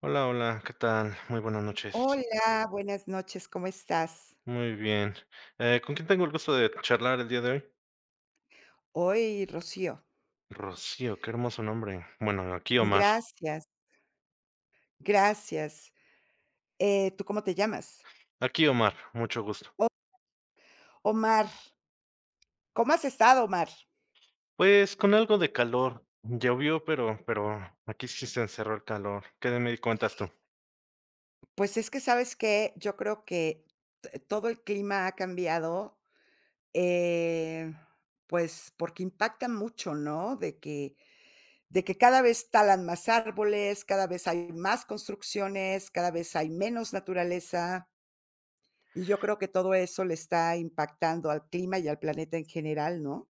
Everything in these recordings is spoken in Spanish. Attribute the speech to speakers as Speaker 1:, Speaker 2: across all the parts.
Speaker 1: Hola, hola, ¿qué tal? Muy buenas noches.
Speaker 2: Hola, buenas noches, ¿cómo estás?
Speaker 1: Muy bien. ¿Con quién tengo el gusto de charlar el día de hoy?
Speaker 2: Hoy, Rocío.
Speaker 1: Rocío, qué hermoso nombre. Bueno, aquí Omar.
Speaker 2: Gracias, gracias. ¿Tú cómo te llamas?
Speaker 1: Aquí Omar, mucho gusto.
Speaker 2: O Omar, ¿cómo has estado, Omar?
Speaker 1: Pues con algo de calor. Llovió, pero aquí sí se encerró el calor. ¿Qué me cuentas tú?
Speaker 2: Pues es que, ¿sabes que yo creo que t todo el clima ha cambiado, eh, pues, porque impacta mucho, ¿no? De que cada vez talan más árboles, cada vez hay más construcciones, cada vez hay menos naturaleza. Y yo creo que todo eso le está impactando al clima y al planeta en general, ¿no?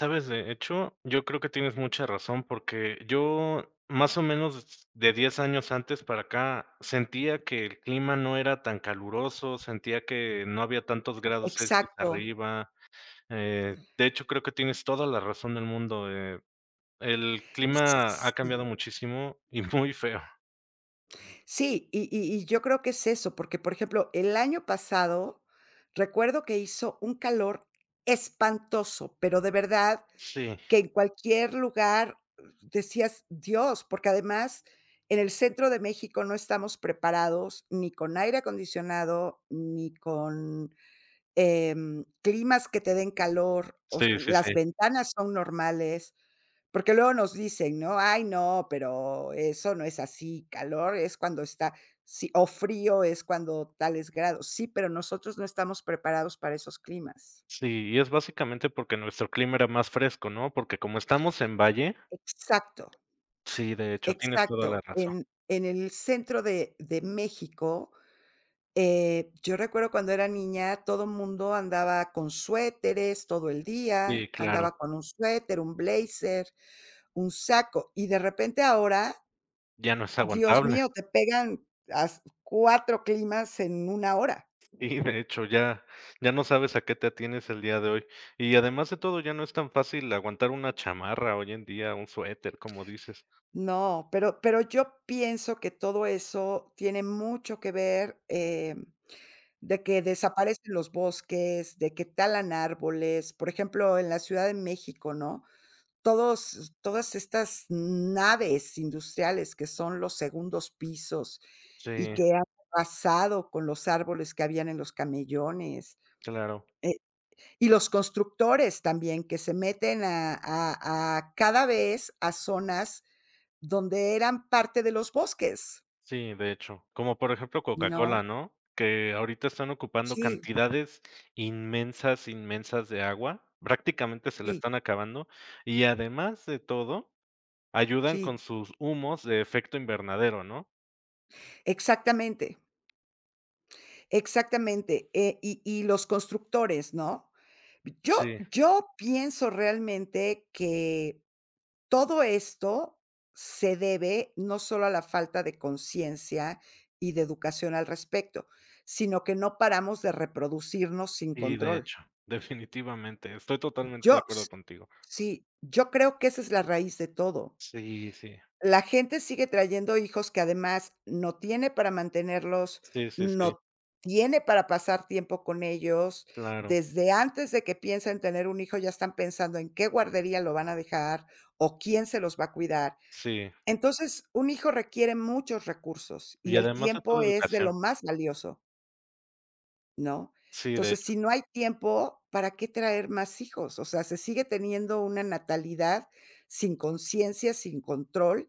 Speaker 1: Sabes, de hecho, yo creo que tienes mucha razón porque yo más o menos de 10 años antes para acá sentía que el clima no era tan caluroso, sentía que no había tantos grados Celsius
Speaker 2: Exacto.
Speaker 1: arriba. De hecho, creo que tienes toda la razón del mundo, el clima ha
Speaker 2: Sí,
Speaker 1: cambiado muchísimo y muy feo.
Speaker 2: sí, y yo creo que es eso, porque, por ejemplo, el año pasado recuerdo que hizo un calor espantoso, pero de verdad
Speaker 1: Sí,
Speaker 2: que en cualquier lugar decías: "Dios", porque además en el centro de México no estamos preparados ni con aire acondicionado, ni con climas que te den calor, os
Speaker 1: sí, sí, sí.
Speaker 2: las ventanas son normales, porque luego nos dicen, ¿no? Ay, no, pero eso no es así, calor es cuando está sí, o frío es cuando tales grados. Sí, pero nosotros no estamos preparados para esos climas.
Speaker 1: Sí, y es básicamente porque nuestro clima era más fresco, ¿no? Porque como estamos en valle
Speaker 2: Exacto,
Speaker 1: sí, de hecho, tienes toda la
Speaker 2: exacto.
Speaker 1: razón.
Speaker 2: En el centro de México. Yo recuerdo cuando era niña, todo el mundo andaba con suéteres todo el
Speaker 1: Sí,
Speaker 2: día,
Speaker 1: claro,
Speaker 2: andaba con un suéter, un blazer, un saco, y de repente ahora,
Speaker 1: ya no es
Speaker 2: Dios
Speaker 1: aguantable.
Speaker 2: mío, te pegan as 4 climas en una hora.
Speaker 1: Y de hecho, ya no sabes a qué te atienes el día de hoy. Y además de todo, ya no es tan fácil aguantar una chamarra hoy en día, un suéter, como dices.
Speaker 2: No, pero yo pienso que todo eso tiene mucho que ver, de que desaparecen los bosques, de que talan árboles, por ejemplo, en la Ciudad de México, ¿no? Todos todas estas naves industriales que son los segundos pisos y
Speaker 1: Sí,
Speaker 2: que han arrasado con los árboles que habían en los camellones,
Speaker 1: claro.
Speaker 2: eh, y los constructores también que se meten a cada vez a zonas donde eran parte de los bosques,
Speaker 1: Sí, de hecho, como por ejemplo Coca-Cola,
Speaker 2: ¿no?
Speaker 1: ¿no? Que ahorita están ocupando
Speaker 2: Sí,
Speaker 1: cantidades inmensas, inmensas de agua, prácticamente se la
Speaker 2: sí,
Speaker 1: están acabando y además de todo, ayudan con
Speaker 2: sí,
Speaker 1: sus humos de efecto invernadero, ¿no?
Speaker 2: exactamente, exactamente, y los constructores, ¿no? Yo
Speaker 1: Sí.
Speaker 2: yo pienso realmente que todo esto se debe no solo a la falta de conciencia y de educación al respecto, sino que no paramos de reproducirnos sin
Speaker 1: Y de
Speaker 2: control.
Speaker 1: hecho, definitivamente, estoy totalmente de
Speaker 2: Yo s
Speaker 1: acuerdo contigo.
Speaker 2: sí, yo creo que esa es la raíz de todo.
Speaker 1: Sí, sí,
Speaker 2: La gente sigue trayendo hijos que además no tiene para mantenerlos,
Speaker 1: sí, sí, sí,
Speaker 2: no tiene para pasar tiempo con ellos.
Speaker 1: claro,
Speaker 2: Desde antes de que piensen tener un hijo, ya están pensando en qué guardería lo van a dejar o quién se los va a cuidar.
Speaker 1: sí,
Speaker 2: Entonces, un hijo requiere muchos recursos
Speaker 1: y
Speaker 2: y el
Speaker 1: además de toda
Speaker 2: tiempo es de
Speaker 1: educación,
Speaker 2: lo más valioso. ¿No?
Speaker 1: sí, de
Speaker 2: Entonces,
Speaker 1: hecho,
Speaker 2: si no hay tiempo, ¿para qué traer más hijos? O sea, se sigue teniendo una natalidad sin conciencia, sin control,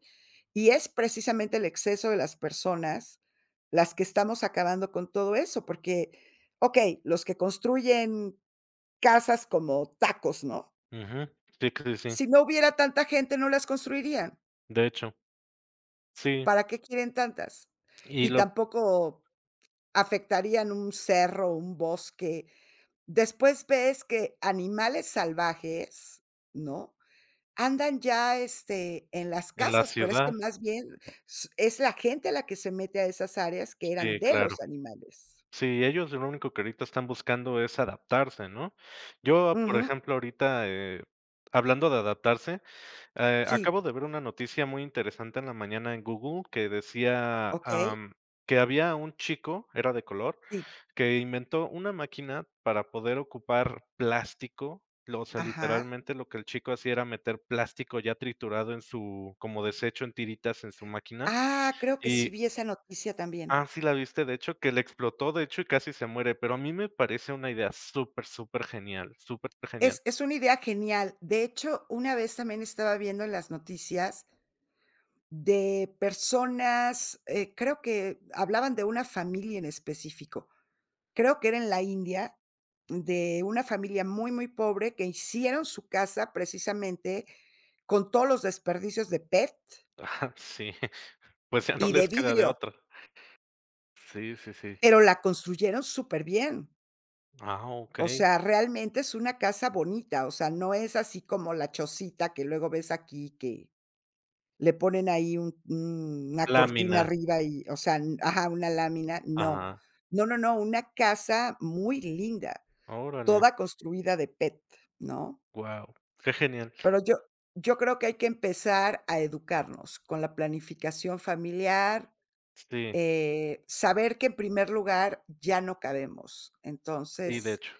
Speaker 2: y es precisamente el exceso de las personas las que estamos acabando con todo eso, porque, okey, los que construyen casas como tacos, ¿no?
Speaker 1: ujú, sí, sí, sí,
Speaker 2: Si no hubiera tanta gente, no las construirían.
Speaker 1: de hecho, sí,
Speaker 2: ¿Para qué quieren tantas?
Speaker 1: y
Speaker 2: Y
Speaker 1: lo
Speaker 2: tampoco afectarían un cerro, un bosque. Después ves que animales salvajes, ¿no? Andan ya, este, en las
Speaker 1: en la
Speaker 2: casas, pero es que
Speaker 1: ciudad.
Speaker 2: más bien s es la gente la que se mete a esas áreas que eran
Speaker 1: Sí,
Speaker 2: de
Speaker 1: claro.
Speaker 2: los animales.
Speaker 1: Sí, ellos lo único que ahorita están buscando es adaptarse, ¿no? Yo, por
Speaker 2: Ujú,
Speaker 1: ejemplo, ahorita, hablando de adaptarse,
Speaker 2: sí,
Speaker 1: acabo de ver una noticia muy interesante en la mañana en Google que decía,
Speaker 2: okey,
Speaker 1: que había un chico, era de color,
Speaker 2: sí,
Speaker 1: que inventó una máquina para poder ocupar plástico. Lo o sea,
Speaker 2: ajá.
Speaker 1: literalmente lo que el chico hacía era meter plástico ya triturado en su como desecho en tiritas en su máquina,
Speaker 2: Ah, creo que sí
Speaker 1: y
Speaker 2: vi esa noticia
Speaker 1: ah,
Speaker 2: también.
Speaker 1: sí la viste, de hecho, que le explotó, de hecho, y casi se muere, pero a mí me parece una idea súper, súper genial, súper genial.
Speaker 2: Es una idea genial. De hecho, una vez también estaba viendo en las noticias de personas, creo que hablaban de una familia en específico. Creo que era en la India, de una familia muy, muy pobre que hicieron su casa precisamente con todos los desperdicios de PET
Speaker 1: Ajá, sí, pues ya no
Speaker 2: y de
Speaker 1: les queda de
Speaker 2: vidrio,
Speaker 1: otra. Sí, sí, sí.
Speaker 2: pero la construyeron súper bien.
Speaker 1: Ah,
Speaker 2: O
Speaker 1: okey.
Speaker 2: sea, realmente es una casa bonita, o sea, no es así como la chocita que luego ves aquí que le ponen ahí una cortina
Speaker 1: Lámina.
Speaker 2: arriba y, o sea, ajá, una lámina, no.
Speaker 1: Ajá,
Speaker 2: No, no, no, una casa muy linda,
Speaker 1: órale,
Speaker 2: toda construida de PET, ¿no?
Speaker 1: wow, qué genial.
Speaker 2: Pero yo creo que hay que empezar a educarnos con la planificación familiar,
Speaker 1: Sí,
Speaker 2: saber que en primer lugar ya no cabemos.
Speaker 1: sí, de
Speaker 2: Entonces,
Speaker 1: hecho.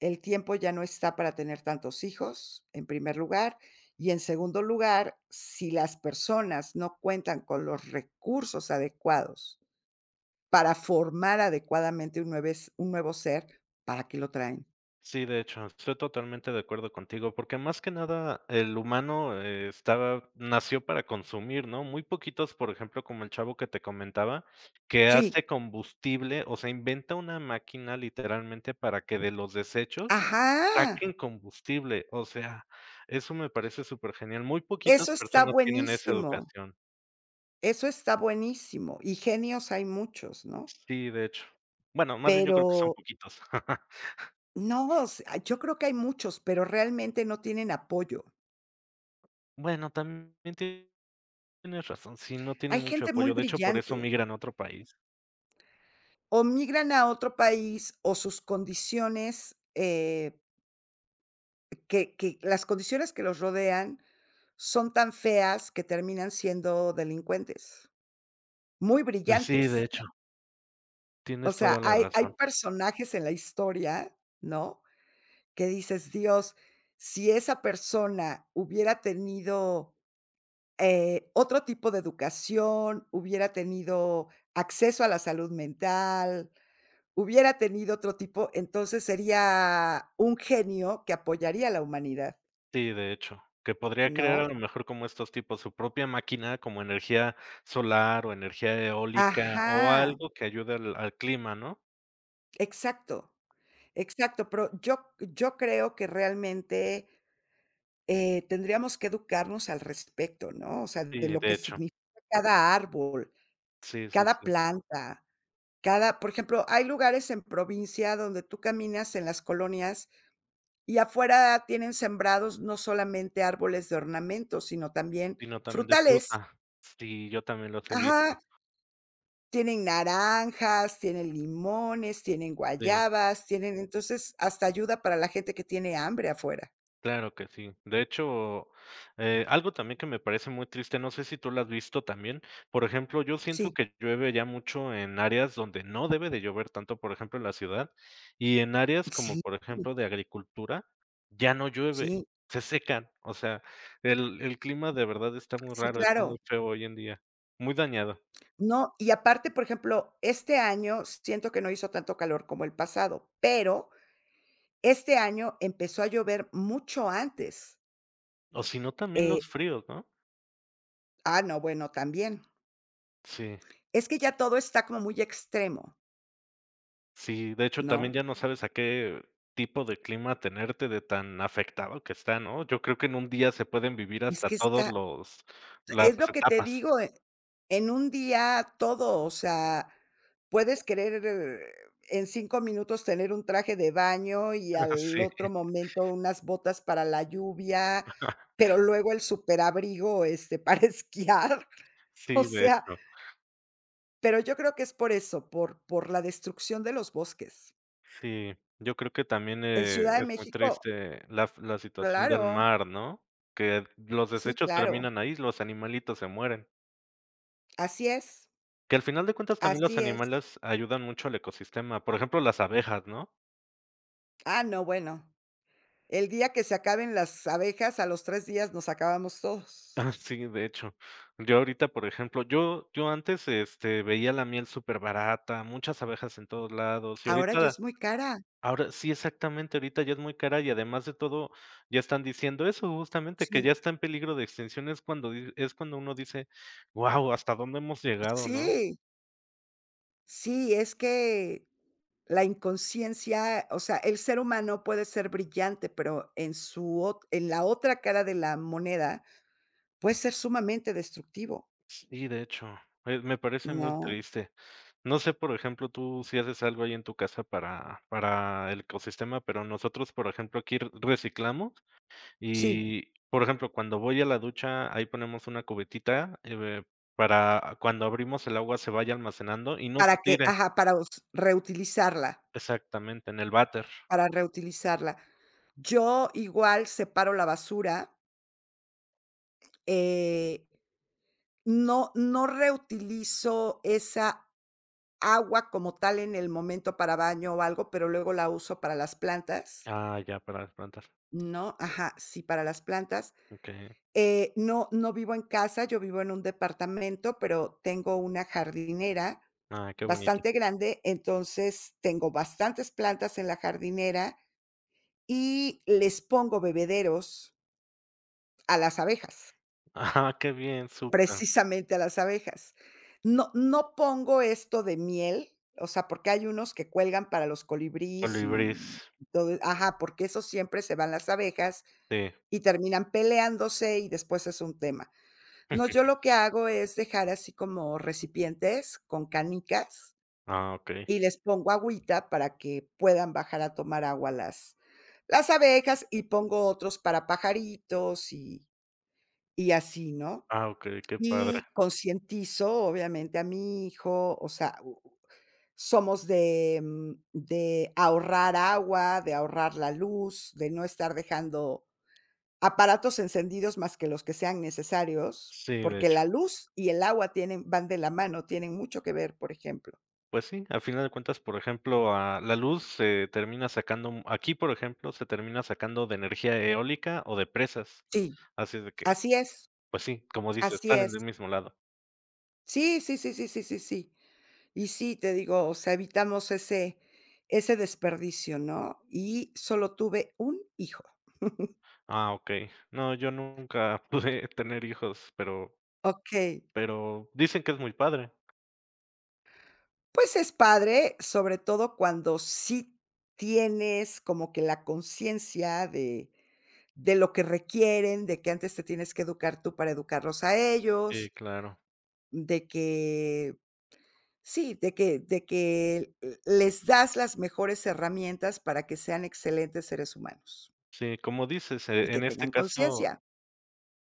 Speaker 2: el tiempo ya no está para tener tantos hijos, en primer lugar, y en segundo lugar, si las personas no cuentan con los recursos adecuados para formar adecuadamente un nuevo ser, ¿para qué lo traen?
Speaker 1: Sí, de hecho, estoy totalmente de acuerdo contigo, porque más que nada el humano estaba, nació para consumir, ¿no? Muy poquitos, por ejemplo, como el chavo que te comentaba, que
Speaker 2: Sí,
Speaker 1: hace combustible, o sea, inventa una máquina literalmente para que de los desechos
Speaker 2: ajá,
Speaker 1: saquen combustible, o sea, eso me parece súper genial. Muy poquitas
Speaker 2: eso está
Speaker 1: personas tienen esa
Speaker 2: buenísimo.
Speaker 1: educación.
Speaker 2: Eso está buenísimo, y genios hay muchos, ¿no?
Speaker 1: Sí, de hecho. Bueno, más bien yo
Speaker 2: Pero
Speaker 1: creo que son poquitos.
Speaker 2: no, yo creo que hay muchos, pero realmente no tienen apoyo.
Speaker 1: Bueno, también tiene tienes razón, sí, no tienen
Speaker 2: Hay
Speaker 1: mucho
Speaker 2: gente muy
Speaker 1: apoyo, de hecho, por eso
Speaker 2: brillante,
Speaker 1: migran a otro país.
Speaker 2: o migran a otro país, o sus condiciones, que las condiciones que los rodean son tan feas que terminan siendo delincuentes, muy
Speaker 1: Pues sí, de
Speaker 2: brillantes.
Speaker 1: hecho,
Speaker 2: O
Speaker 1: tienes
Speaker 2: sea,
Speaker 1: toda la
Speaker 2: hay
Speaker 1: razón.
Speaker 2: personajes en la historia, ¿no? Que dices: "Dios, si esa persona hubiera tenido, otro tipo de educación, hubiera tenido acceso a la salud mental, hubiera tenido otro tipo, entonces sería un genio que apoyaría a la humanidad",
Speaker 1: Sí, de hecho, que podría crear a
Speaker 2: ¿no?
Speaker 1: lo mejor como estos tipos su propia máquina, como energía solar o energía eólica o
Speaker 2: Ajá,
Speaker 1: algo que ayude al clima, ¿no?
Speaker 2: exacto, exacto, pero yo creo que realmente, tendríamos que educarnos al respecto, ¿no? O sea, de
Speaker 1: Sí,
Speaker 2: lo
Speaker 1: de
Speaker 2: que
Speaker 1: hecho,
Speaker 2: significa cada árbol,
Speaker 1: sí, sí,
Speaker 2: cada
Speaker 1: sí,
Speaker 2: planta. Cada por ejemplo, hay lugares en provincia donde tú caminas en las colonias y afuera tienen sembrados no solamente árboles de ornamento, sino también
Speaker 1: sino también de
Speaker 2: frutales.
Speaker 1: fruta. Sí, yo también los he visto,
Speaker 2: Ajá, tienen naranjas, tienen limones, tienen
Speaker 1: sí.
Speaker 2: guayabas, tienen entonces, hasta ayuda para la gente que tiene hambre afuera.
Speaker 1: Claro que sí. De hecho, algo también que me parece muy triste, no sé si tú lo has visto también, por ejemplo, yo siento
Speaker 2: Sí,
Speaker 1: que llueve ya mucho en áreas donde no debe de llover tanto, por ejemplo, en la ciudad, y en áreas como,
Speaker 2: sí,
Speaker 1: por ejemplo, de agricultura, ya no llueve,
Speaker 2: sí,
Speaker 1: se secan. O sea, el clima de verdad está muy
Speaker 2: sí,
Speaker 1: raro, está muy
Speaker 2: claro.
Speaker 1: feo hoy en día, muy dañado.
Speaker 2: No, y aparte, por ejemplo, este año siento que no hizo tanto calor como el pasado, pero este año empezó a llover mucho antes.
Speaker 1: O si no, también
Speaker 2: Eh,
Speaker 1: los fríos, ¿no?
Speaker 2: no, bueno, también.
Speaker 1: Sí.
Speaker 2: Es que ya todo está como muy extremo,
Speaker 1: Sí, de hecho, también
Speaker 2: ¿no?
Speaker 1: ya no sabes a qué tipo de clima tenerte de tan afectado que está, ¿no? Yo creo que en un día se pueden vivir
Speaker 2: Es
Speaker 1: hasta
Speaker 2: que
Speaker 1: todos
Speaker 2: está
Speaker 1: los las
Speaker 2: es lo que te
Speaker 1: etapas.
Speaker 2: digo, en un día todo, o sea, puedes querer en 5 minutos tener un traje de baño y al
Speaker 1: Sí,
Speaker 2: otro momento unas botas para la lluvia, pero luego el superabrigo, este, para esquiar. O
Speaker 1: sí, de
Speaker 2: sea,
Speaker 1: hecho.
Speaker 2: pero yo creo que es por eso, por la destrucción de los bosques.
Speaker 1: Sí, yo creo que también,
Speaker 2: En Ciudad de
Speaker 1: es muy
Speaker 2: México,
Speaker 1: triste la situación del
Speaker 2: claro,
Speaker 1: mar, ¿no? Que los
Speaker 2: sí,
Speaker 1: desechos
Speaker 2: claro,
Speaker 1: terminan ahí, los animalitos se mueren.
Speaker 2: así es,
Speaker 1: Que al final de cuentas también los
Speaker 2: así es.
Speaker 1: animales ayudan mucho al ecosistema, por ejemplo, las abejas, ¿no?
Speaker 2: Ah, no, bueno, el día que se acaben las abejas, a los 3 días nos acabamos todos.
Speaker 1: Ah, sí, de hecho. Yo ahorita, por ejemplo, yo antes, este, veía la miel superbarata, muchas abejas en todos lados, y
Speaker 2: Ahora ya
Speaker 1: ahorita
Speaker 2: es muy cara.
Speaker 1: ahora sí, exactamente, ahorita ya es muy cara y además de todo, ya están diciendo eso, justamente, que
Speaker 2: Sí,
Speaker 1: ya está en peligro de extinción, es cuando di es cuando uno dice: "Guau, ¿hasta dónde hemos llegado?", ¿no?
Speaker 2: sí, sí, es que la inconsciencia, o sea, el ser humano puede ser brillante, pero en su ot en la otra cara de la moneda puede ser sumamente destructivo,
Speaker 1: Sí, de hecho, me parece muy
Speaker 2: ¿no?
Speaker 1: triste. No sé, por ejemplo, tú si haces algo ahí en tu casa para el ecosistema, pero nosotros, por ejemplo, aquí re- reciclamos.
Speaker 2: Sí,
Speaker 1: Y, por ejemplo, cuando voy a la ducha, ahí ponemos una cubetita, para cuando abrimos el agua se vaya almacenando y no
Speaker 2: para
Speaker 1: se
Speaker 2: que,
Speaker 1: tire.
Speaker 2: ajá, para us reutilizarla.
Speaker 1: Exactamente, en el váter.
Speaker 2: Para reutilizarla. Yo igual separo la basura, eh, no reutilizo esa agua como tal en el momento para baño o algo, pero luego la uso para las plantas,
Speaker 1: Ah, ya, para plantar.
Speaker 2: ¿no? Ajá, sí, para las plantas.
Speaker 1: Ok.
Speaker 2: No vivo en casa, yo vivo en un departamento, pero tengo una jardinera
Speaker 1: Ah, qué bonito.
Speaker 2: bastante grande, entonces tengo bastantes plantas en la jardinera y les pongo bebederos a las abejas.
Speaker 1: Ah, qué bien, súper.
Speaker 2: Precisamente a las abejas. No pongo esto de miel, o sea, porque hay unos que cuelgan para los colibríes y
Speaker 1: Colibrís,
Speaker 2: todo e, ajá, porque eso siempre se van las abejas
Speaker 1: sí.
Speaker 2: y terminan peleándose y después es un tema. No, yo lo que hago es dejar así como recipientes con canicas
Speaker 1: Ah, ok.
Speaker 2: y les pongo agüita para que puedan bajar a tomar agua las abejas y pongo otros para pajaritos y así, ¿no?
Speaker 1: Ah, ok, qué padre.
Speaker 2: Y concientizo, obviamente, a mi hijo, o sea, u u somos de, de ahorrar agua, de ahorrar la luz, de no estar dejando aparatos encendidos más que los que sean necesarios,
Speaker 1: Sí, de
Speaker 2: porque
Speaker 1: hecho.
Speaker 2: la luz y el agua tienen van de la mano, tienen mucho que ver, por ejemplo.
Speaker 1: Pues sí, a final de cuentas, por ejemplo, ah, la luz se termina sacando aquí, por ejemplo, se termina sacando de energía eólica o de presas.
Speaker 2: Sí,
Speaker 1: Así es de que
Speaker 2: así es,
Speaker 1: pues sí, como dices,
Speaker 2: así
Speaker 1: están en el
Speaker 2: es.
Speaker 1: mismo lado.
Speaker 2: Sí, sí, sí, sí, sí, sí, sí. Y sí, te digo, o sea, evitamos ese desperdicio, ¿no? Y solo tuve un hijo.
Speaker 1: Ah, okey. No, yo nunca pude tener hijos,
Speaker 2: Okey.
Speaker 1: pero dicen que es muy padre.
Speaker 2: Pues es padre, sobre todo cuando sí tienes como que la conciencia de lo que requieren, de que antes te tienes que educar tú para educarlos a
Speaker 1: Sí,
Speaker 2: ellos,
Speaker 1: claro.
Speaker 2: de que sí, de que les das las mejores herramientas para que sean excelentes seres humanos
Speaker 1: Sí, como dices,
Speaker 2: y que
Speaker 1: en este
Speaker 2: tengan
Speaker 1: caso
Speaker 2: conciencia.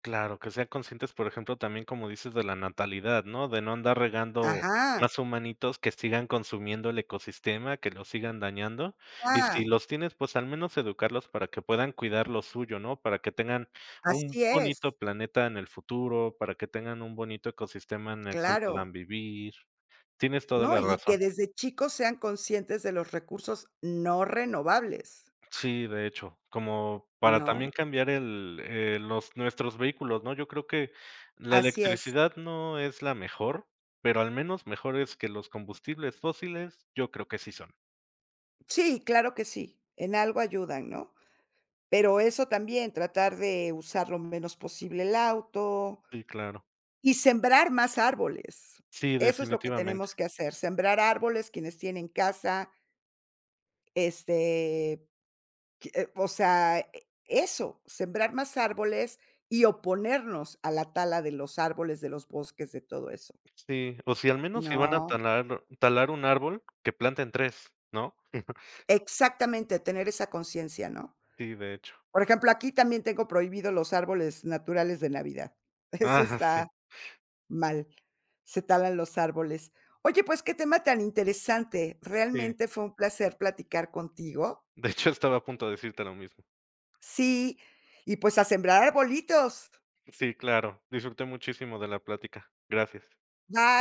Speaker 1: claro, que sean conscientes, por ejemplo, también, como dices, de la natalidad, ¿no? De no andar regando
Speaker 2: Ajá,
Speaker 1: más humanitos que sigan consumiendo el ecosistema, que lo sigan dañando. Y si
Speaker 2: ah,
Speaker 1: los tienes, pues al menos educarlos para que puedan cuidar lo suyo, ¿no? Para que tengan un
Speaker 2: así
Speaker 1: bonito
Speaker 2: es,
Speaker 1: planeta en el futuro, para que tengan un bonito ecosistema en el cual puedan
Speaker 2: claro,
Speaker 1: vivir. Tienes toda
Speaker 2: ¿no?
Speaker 1: la
Speaker 2: Y que
Speaker 1: razón.
Speaker 2: desde chicos sean conscientes de los recursos no renovables,
Speaker 1: Sí, de hecho, como para también
Speaker 2: ¿no?
Speaker 1: cambiar el, los nuestros vehículos, ¿no? Yo creo que la
Speaker 2: Así es.
Speaker 1: electricidad no es la mejor, pero al menos mejores que los combustibles fósiles, yo creo que sí son.
Speaker 2: Sí, claro que sí, en algo ayudan, ¿no? Pero eso también, tratar de usar lo menos posible el auto
Speaker 1: Sí, claro.
Speaker 2: y sembrar más árboles.
Speaker 1: Sí,
Speaker 2: Eso es lo que
Speaker 1: definitivamente.
Speaker 2: tenemos que hacer, sembrar árboles, quienes tienen casa, este, que, o sea, eso, sembrar más árboles y oponernos a la tala de los árboles, de los bosques, de todo eso.
Speaker 1: Sí, o si al menos si van a
Speaker 2: No,
Speaker 1: talar un árbol, que planten 3, ¿no?
Speaker 2: exactamente, tener esa conciencia, ¿no?
Speaker 1: Sí, de hecho.
Speaker 2: Por ejemplo, aquí también tengo prohibido los árboles naturales de Navidad. Eso
Speaker 1: Ah, sí,
Speaker 2: está mal, se talan los árboles. Oye, pues qué tema tan interesante.
Speaker 1: sí.
Speaker 2: Realmente fue un placer platicar contigo.
Speaker 1: De hecho, estaba a punto de decirte lo mismo.
Speaker 2: Sí, y pues a sembrar arbolitos.
Speaker 1: Sí, claro. Disfruté muchísimo de la plática. Gracias.
Speaker 2: Bye.